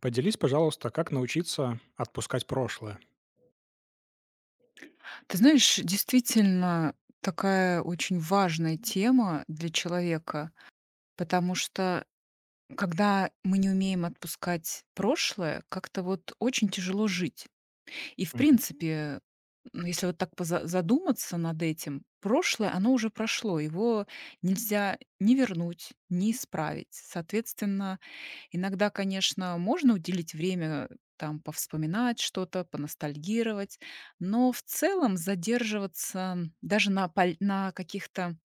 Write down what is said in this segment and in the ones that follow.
Поделись, пожалуйста, как научиться отпускать прошлое? Ты знаешь, действительно такая очень важная тема для человека, потому что когда мы не умеем отпускать прошлое, как-то вот очень тяжело жить. И в Мгм, принципе, ну, если вот так задуматься над этим, прошлое, оно уже прошло, его нельзя ни вернуть, ни исправить. Соответственно, иногда, конечно, можно уделить время, там, повспоминать что-то, поностальгировать, но в целом задерживаться даже на, на каких-то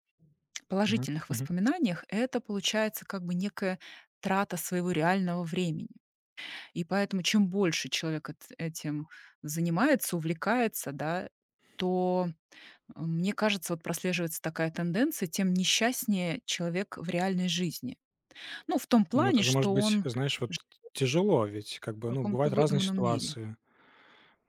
мгм, положительных мгм. воспоминаниях, это получается как бы некая трата своего реального времени. И поэтому чем больше человек этим занимается, увлекается, да, то мне кажется, вот прослеживается такая тенденция, тем несчастнее человек в реальной жизни. Ну, в том Ну, это плане, же может что быть, он знаешь, вот тяжело, ведь как в бы, ну, каком-то бывают разные выдуманном мире. ситуации.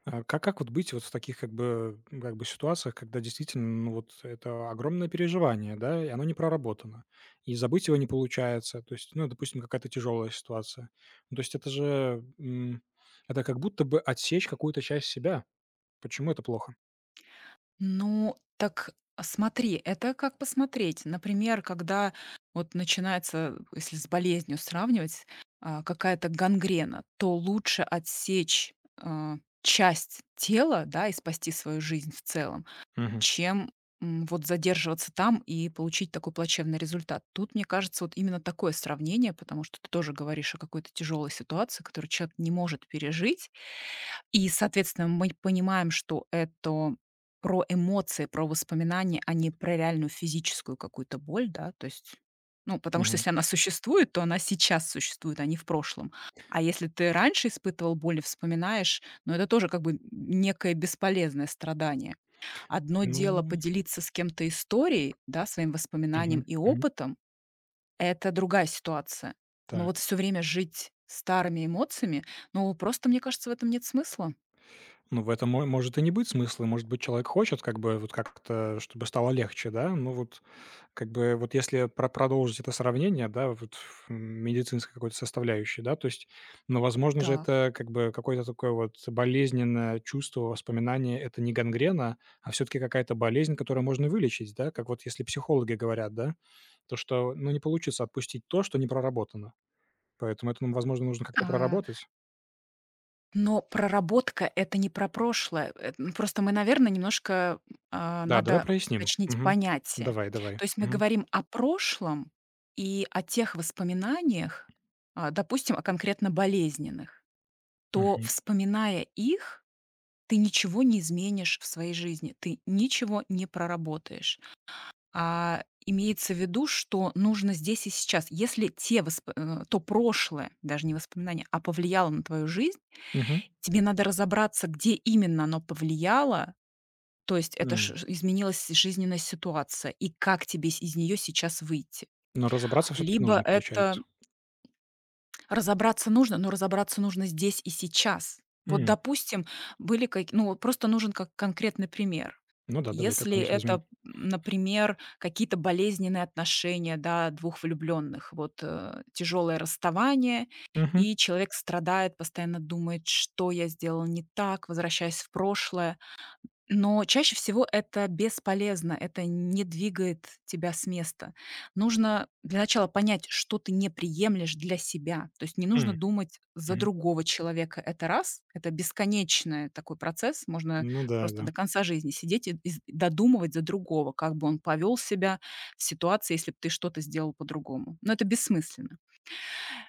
А как вот быть вот в таких как бы, как бы ситуациях, когда действительно, ну, вот это огромное переживание, да, и оно не проработано, и забыть его не получается. То есть, ну, допустим, какая-то тяжелая ситуация. Ну, то есть это же, это как будто бы отсечь какую-то часть себя. Почему это плохо? Ну, так смотри, это как посмотреть. Например, когда вот начинается, если с болезнью сравнивать, какая-то гангрена, то лучше отсечь, а, часть тела, да, и спасти свою жизнь в целом, Мгм. чем, вот задерживаться там и получить такой плачевный результат. Тут, мне кажется, вот именно такое сравнение, потому что ты тоже говоришь о какой-то тяжелой ситуации, которую человек не может пережить. И, соответственно, мы понимаем, что это про эмоции, про воспоминания, а не про реальную физическую какую-то боль, да, то есть, ну, потому что Мгм. если она существует, то она сейчас существует, а не в прошлом. А если ты раньше испытывал боль и вспоминаешь, ну, это тоже как бы некое бесполезное страдание. Одно дело Ну, поделиться с кем-то историей, да, своим воспоминанием мгм, и мгм. опытом, это другая ситуация. Но вот Так. все время жить старыми эмоциями, ну, просто, мне кажется, в этом нет смысла. Ну, в этом мо может и не быть смысла. Может быть, человек хочет как бы вот как-то, чтобы стало легче, да. Ну вот как бы вот если продолжить это сравнение, да, вот в медицинской какой-то составляющей, да, то есть, ну, возможно же, Так. это как бы какое-то такое вот болезненное чувство, воспоминание. Это не гангрена, а все таки какая-то болезнь, которую можно вылечить, да. Как вот если психологи говорят, да, то, что, ну, не получится отпустить то, что не проработано. Поэтому это, ну, возможно, нужно как-то А, проработать. но проработка — это не про прошлое. Просто мы, наверное, немножко, Да, давай надо проясним. уточнить Мгм. понятие. Давай, давай. То есть мы Мгм. говорим о прошлом и о тех воспоминаниях, допустим, о конкретно болезненных, то, Мгм. вспоминая их, ты ничего не изменишь в своей жизни, ты ничего не проработаешь. А имеется в виду, что нужно здесь и сейчас. Если то прошлое, даже не воспоминания, а повлияло на твою жизнь, Мгм. тебе надо разобраться, где именно оно повлияло, то есть это ш М. ш изменилась жизненная ситуация, и как тебе с из нее сейчас выйти. Но разобраться все таки Либо нужно, получается. это разобраться нужно, но разобраться нужно здесь и сейчас. Вот, М. допустим, были каки ну, вот просто нужен как конкретный пример. Ну да, давай Если какой-нибудь возьмем. это, например, какие-то болезненные отношения, да, двух влюбленных, вот, тяжелое расставание, Мгм. и человек страдает, постоянно думает: "Что я сделал не так?" Возвращаясь в прошлое. Но чаще всего это бесполезно, это не двигает тебя с места. Нужно для начала понять, что ты не приемлешь для себя. То есть не нужно М. думать за Мгм. другого человека. Это раз, это бесконечный такой процесс. Можно Ну да, просто да. до конца жизни сидеть и додумывать за другого, как бы он повел себя в ситуации, если бы ты что-то сделал по-другому. Но это бессмысленно.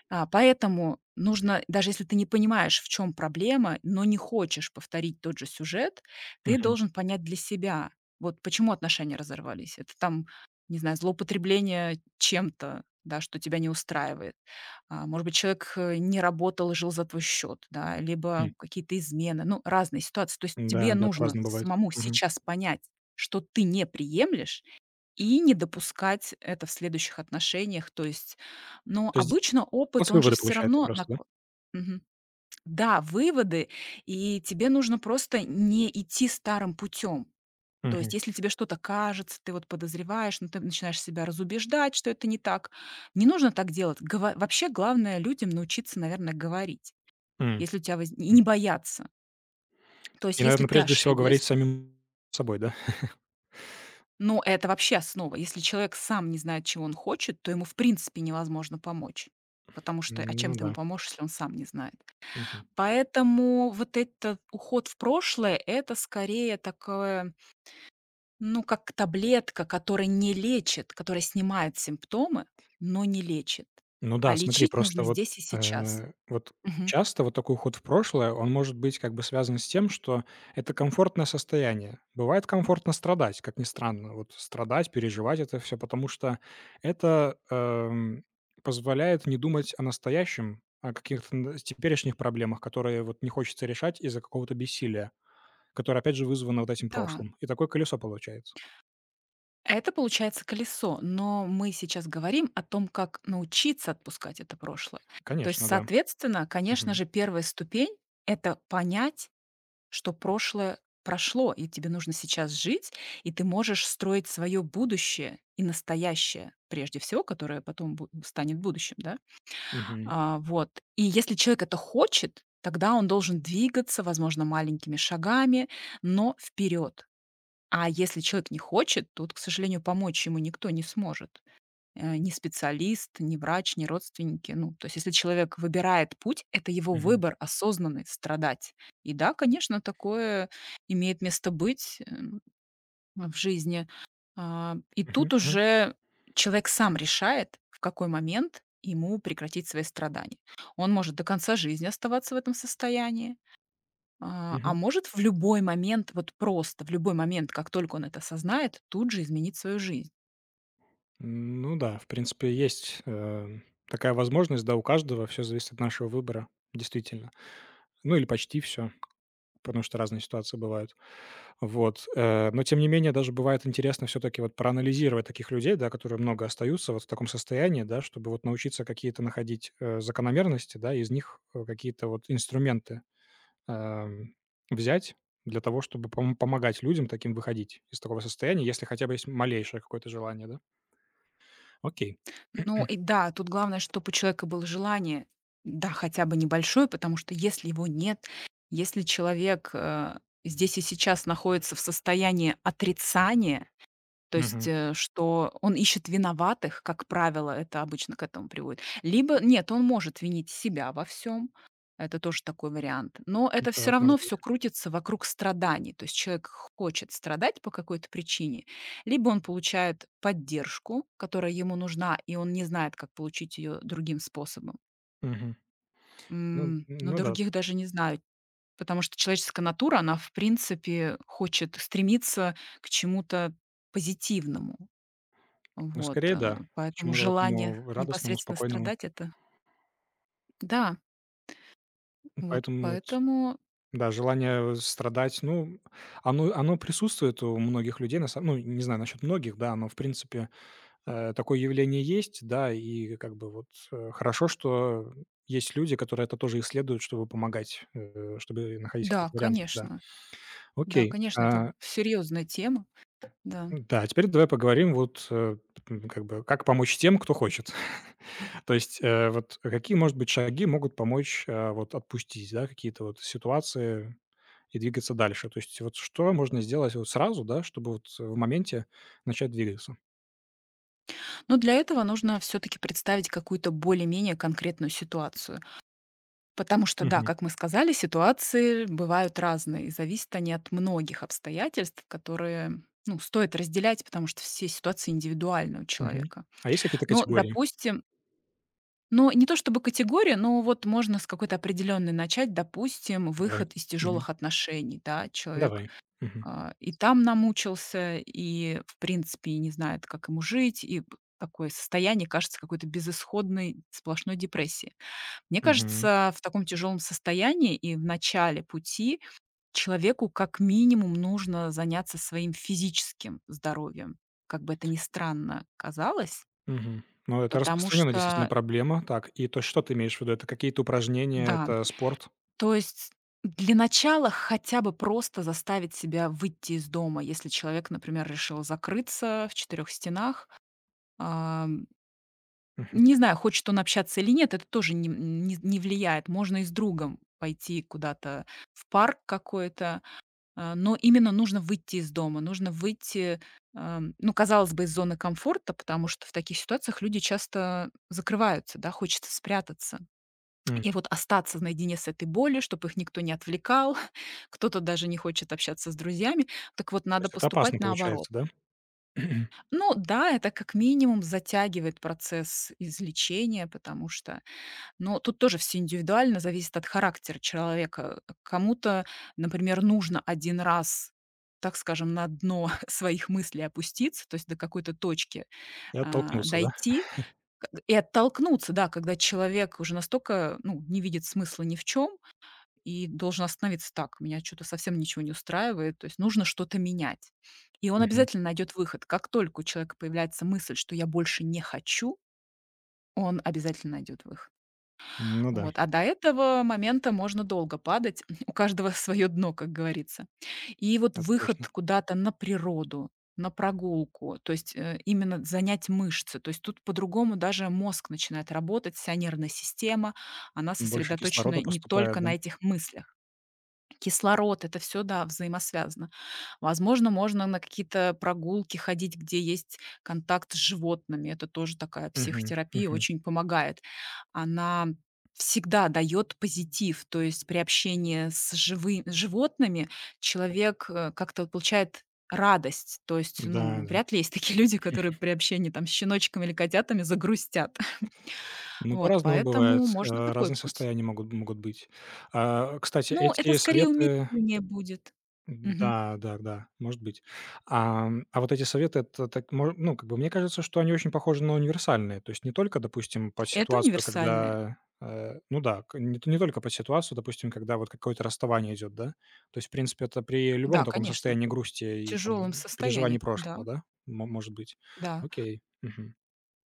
А, поэтому нужно, даже если ты не понимаешь, в чем проблема, но не хочешь повторить тот же сюжет, ты Мгм. должен понять для себя, вот почему отношения разорвались. Это там, не знаю, злоупотребление чем-то, да, что тебя не устраивает. А, может быть, человек, не работал и жил за твой счет, да, Хм. либо какие-то измены, ну, разные ситуации. То есть тебе Да, да, нужно по-разному бывает. самому Мгм. сейчас понять, что ты не приемлешь, и не допускать это в следующих отношениях. То есть, но То есть обычно опыт, делать он же выводы, все получается, равно просто, да? нако. Мгм. Да, выводы, и тебе нужно просто не идти старым путем. То Мгм. есть если тебе что-то кажется, ты вот подозреваешь, но ты начинаешь себя разубеждать, что это не так. Не нужно так делать. Гова Вообще главное людям научиться, наверное, говорить, М. если у тебя воз и не Мгм. бояться. То есть И, если наверное, ты прежде всего ошиблась. говорить с самим собой, да? Ну, это вообще основа. Если человек сам не знает, чего он хочет, то ему в принципе невозможно помочь. Потому что, а чем Ну ты ему да. поможешь, если он сам не знает? Мгм. Поэтому вот этот уход в прошлое — это скорее такое, ну, как таблетка, которая не лечит, которая снимает симптомы, но не лечит. Ну А да, смотри, лечить нужно просто вот, здесь и сейчас. Вот Мгм. часто вот такой уход в прошлое, он может быть как бы связан с тем, что это комфортное состояние. Бывает комфортно страдать, как ни странно. Вот страдать, переживать это все, потому что это, позволяет не думать о настоящем, о каких-то н теперешних проблемах, которые вот не хочется решать из-за какого-то бессилия, которое опять же вызвано вот этим Да. прошлым. И такое колесо получается. Это получается колесо, но мы сейчас говорим о том, как научиться отпускать это прошлое. То есть, Конечно, да. соответственно, конечно Мгм. же, первая ступень — это понять, что прошлое прошло, и тебе нужно сейчас жить, и ты можешь строить свое будущее и настоящее, прежде всего, которое потом станет будущим, да? Мгм. А, вот. И если человек это хочет, тогда он должен двигаться, возможно, маленькими шагами, но вперед. А если человек не хочет, тут, к сожалению, помочь ему никто не сможет. Э, ни специалист, ни врач, ни родственники. Ну, то есть, если человек выбирает путь, это его Мгм. выбор осознанный страдать. И да, конечно, такое имеет место быть в жизни. А, и тут Мгм. Мгм. уже человек сам решает, в какой момент ему прекратить свои страдания. Он может до конца жизни оставаться в этом состоянии, а Мгм. может в любой момент, вот просто в любой момент, как только он это осознает, тут же изменить свою жизнь. Ну да, в принципе, есть, такая возможность, да, у каждого. Все зависит от нашего выбора, действительно. Ну, или почти все, потому что разные ситуации бывают. Вот, но тем не менее даже бывает интересно все таки вот проанализировать таких людей, да, которые много остаются вот в таком состоянии, да, чтобы вот научиться какие-то находить, закономерности, да, из них, какие-то вот инструменты, эм, взять для того, чтобы помогать людям таким выходить из такого состояния, если хотя бы есть малейшее какое-то желание, да. Окей. Ну и да, тут главное, чтобы у человека было желание, да, хотя бы небольшое, потому что если его нет, если человек здесь и сейчас находится в состоянии отрицания. То есть, Мгм. Что он ищет виноватых, как правило, это обычно к этому приводит. Либо нет, он может винить себя во всем, это тоже такой вариант, но это все Так, равно может быть. все крутится вокруг страданий. То есть человек хочет страдать по какой-то причине, либо он получает поддержку, которая ему нужна, и он не знает, как получить ее другим способом. Мгм. Ну Но ну да, других даже не знаю, потому что человеческая натура, она, в принципе, хочет стремиться к чему-то позитивному. ну, Вот, скорее, да, к поэтому чему-то желание такому радостному, непосредственно спокойному. страдать — это да, вот Поэтому вот, поэтому да, желание страдать, ну, оно присутствует у многих людей, на самом, ну, не знаю насчет многих, да, но, в принципе, такое явление есть, да, и как бы вот, хорошо, что есть люди, которые это тоже исследуют, чтобы помогать, чтобы находить да, какие-то варианты, да. конечно. Да, Окей, конечно, это а, серьезная тема, да. да, теперь давай поговорим вот, как бы, как помочь тем, кто хочет. То есть, вот какие, может быть, шаги могут помочь, вот отпустить, да, какие-то вот ситуации и двигаться дальше? То есть вот что можно сделать вот сразу, да, чтобы вот в моменте начать двигаться? Но для этого нужно все-таки представить какую-то более-менее конкретную ситуацию. Потому что, да, Мгм. как мы сказали, ситуации бывают разные, и зависят они от многих обстоятельств, которые, ну, стоит разделять, потому что все ситуации индивидуальны у Мгм. человека. А есть какие-то Но, категории? допустим, но не то чтобы категория, но вот можно с какой-то определенной начать, допустим, Давай. выход из Мгм. тяжелых отношений, да, человек Давай. Мгм. И там намучился, и, в принципе, не знает, как ему жить, и такое состояние кажется какой-то безысходной сплошной депрессии. Мне Мгм. кажется, в таком тяжелом состоянии и в начале пути человеку как минимум нужно заняться своим физическим здоровьем, как бы это ни странно казалось, Мгм. Ну, это потому распространенная действительно что проблема. Так, и то есть что ты имеешь в виду? Это какие-то упражнения, да, это спорт? то есть для начала хотя бы просто заставить себя выйти из дома, если человек, например, решил закрыться в четырех стенах. Ам, Мгм. не знаю, хочет он общаться или нет, это тоже не не влияет. Можно и с другом пойти куда-то в парк какой-то, но именно нужно выйти из дома, нужно выйти, ну, казалось бы, из зоны комфорта, потому что в таких ситуациях люди часто закрываются, да, хочется спрятаться. М. И вот остаться наедине с этой болью, чтобы их никто не отвлекал, кто-то даже не хочет общаться с друзьями. Так вот, То надо есть это поступать опасно получается, наоборот. да? Ну да, это как минимум затягивает процесс излечения, потому что... Но тут тоже все индивидуально, зависит от характера человека. Кому-то, например, нужно один раз так скажем, на дно своих мыслей опуститься, то есть до какой-то точки И оттолкнулся, да? дойти и оттолкнуться, да, когда человек уже настолько ну, не видит смысла ни в чем, и должен остановиться: "Так, меня что то совсем ничего не устраивает, то есть нужно что-то менять". И он Мгм. обязательно найдет выход. Как только у человека появляется мысль, что я больше не хочу, он обязательно найдет выход. Ну да, Вот, а до этого момента можно долго падать. У каждого свое дно, как говорится. И вот это выход точно. куда-то на природу, на прогулку, то есть, именно занять мышцы. То есть тут по-другому даже мозг начинает работать, вся нервная система, она Больше кислорода сосредоточена не только поступает, да? на этих мыслях. Кислород, это все да, взаимосвязано. Возможно, можно на какие-то прогулки ходить, где есть контакт с животными. Это тоже такая Мгм, психотерапия, мгм. очень помогает. Она всегда дает позитив, то есть при общении с животными человек, как-то вот получает радость. То есть, ну, Да, да. вряд ли есть такие люди, которые при общении там с щеночками или котятами загрустят. Ну, Вот, по-разному бывает, поэтому можно такой разные путь. состояния могут быть. А, кстати, Ну, это эти скорее советы. умиление будет. Мгм. Да, да, да, может быть. А вот эти советы, это так, мо ну, как бы, мне кажется, что они очень похожи на универсальные. То есть не только, допустим, под Это ситуацию, универсальное. когда, ну да, к не не только под ситуацию, допустим, когда вот какое-то расставание идет, да? То есть, в принципе, это при любом Да, таком конечно. состоянии грусти В и тяжелом там переживаний состоянии. Да, прошлого, да, мо может быть. да. Окей. Мгм.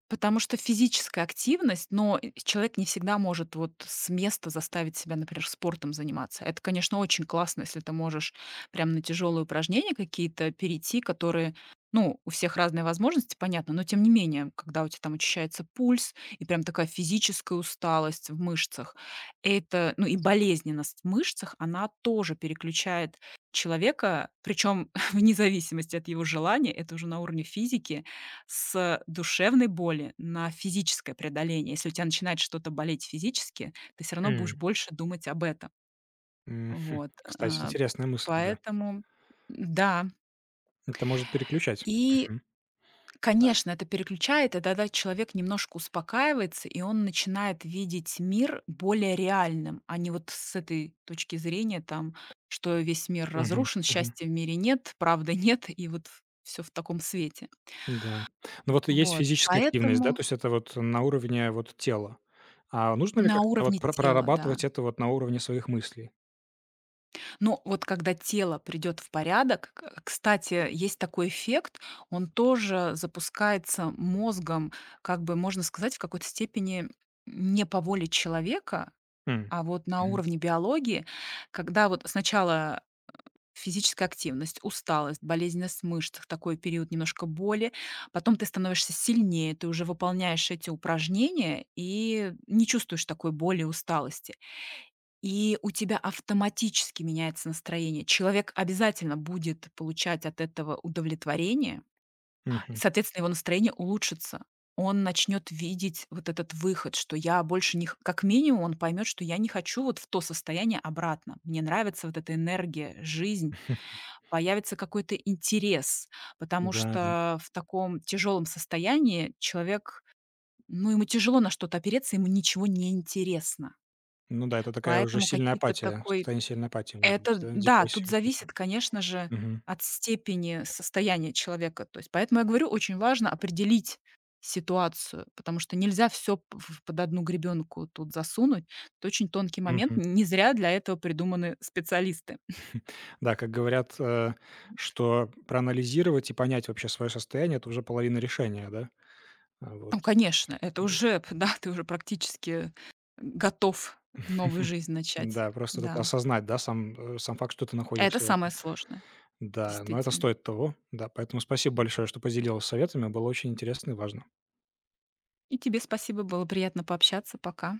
Потому что физическая активность, но и человек не всегда может вот с места заставить себя, например, спортом заниматься. Это, конечно, очень классно, если ты можешь прям на тяжелые упражнения какие-то перейти, которые, ну, у всех разные возможности, понятно, но тем не менее, когда у тебя там очищается пульс и прям такая физическая усталость в мышцах, это, ну и болезненность в мышцах, она тоже переключает человека, причем вне зависимости от его желания, это уже на уровне физики, с душевной боли на физическое преодоление. Если у тебя начинает что-то болеть физически, ты все равно будешь М, больше думать об этом. мгм. Вот, Кстати, э, интересная мысль, да. поэтому да. Это может переключать. И, Мгм. Так. конечно, это переключает, и тогда человек немножко успокаивается, и он начинает видеть мир более реальным, а не вот с этой точки зрения, там, что весь мир Мгм, разрушен, мгм. счастья в мире нет, правды нет, и вот все в таком свете. Да. Ну, вот есть Вот, физическая активность, да, поэтому то есть это вот на уровне вот тела. А нужно ли на как-то вот уровне про тела, да. прорабатывать это вот на уровне своих мыслей? Но вот когда тело придет в порядок, кстати, есть такой эффект, он тоже запускается мозгом, как бы можно сказать, в какой-то степени не по воле человека, М. а вот на Мгм. уровне биологии, когда вот сначала физическая активность, усталость, болезненность мышц, такой период немножко боли, потом ты становишься сильнее, ты уже выполняешь эти упражнения и не чувствуешь такой боли и усталости. И у тебя автоматически меняется настроение. Человек обязательно будет получать от этого удовлетворение, и, Мгм. соответственно, его настроение улучшится. Он начнет видеть вот этот выход, что я больше не... Как минимум он поймет, что я не хочу вот в то состояние обратно. Мне нравится вот эта энергия, жизнь. Появится какой-то интерес, потому Да, да. что в таком тяжелом состоянии человек, ну, ему тяжело на что-то опереться, ему ничего не интересно. Ну да, это такая уже Поэтому сильная какие-то апатия, такой состояние сильной апатии может быть, это да, да, тут депрессии какой-то. зависит, конечно же, Мгм. от степени состояния человека. То есть поэтому я говорю, очень важно определить ситуацию, потому что нельзя все под одну гребенку тут засунуть. Это очень тонкий момент. Мгм. Не зря для этого придуманы специалисты. Да, как говорят, что проанализировать и понять вообще свое состояние — это уже половина решения, да? А вот. Ну, конечно, это уже, да, ты уже практически готов новую жизнь начать. Да, просто вот это Да. осознать, да, сам, сам факт, что ты Это находишься в самое этом. сложное, Да, но это действительно. стоит того. Да, поэтому спасибо большое, что поделилась советами. Было очень интересно и важно. И тебе спасибо, было приятно пообщаться. Пока.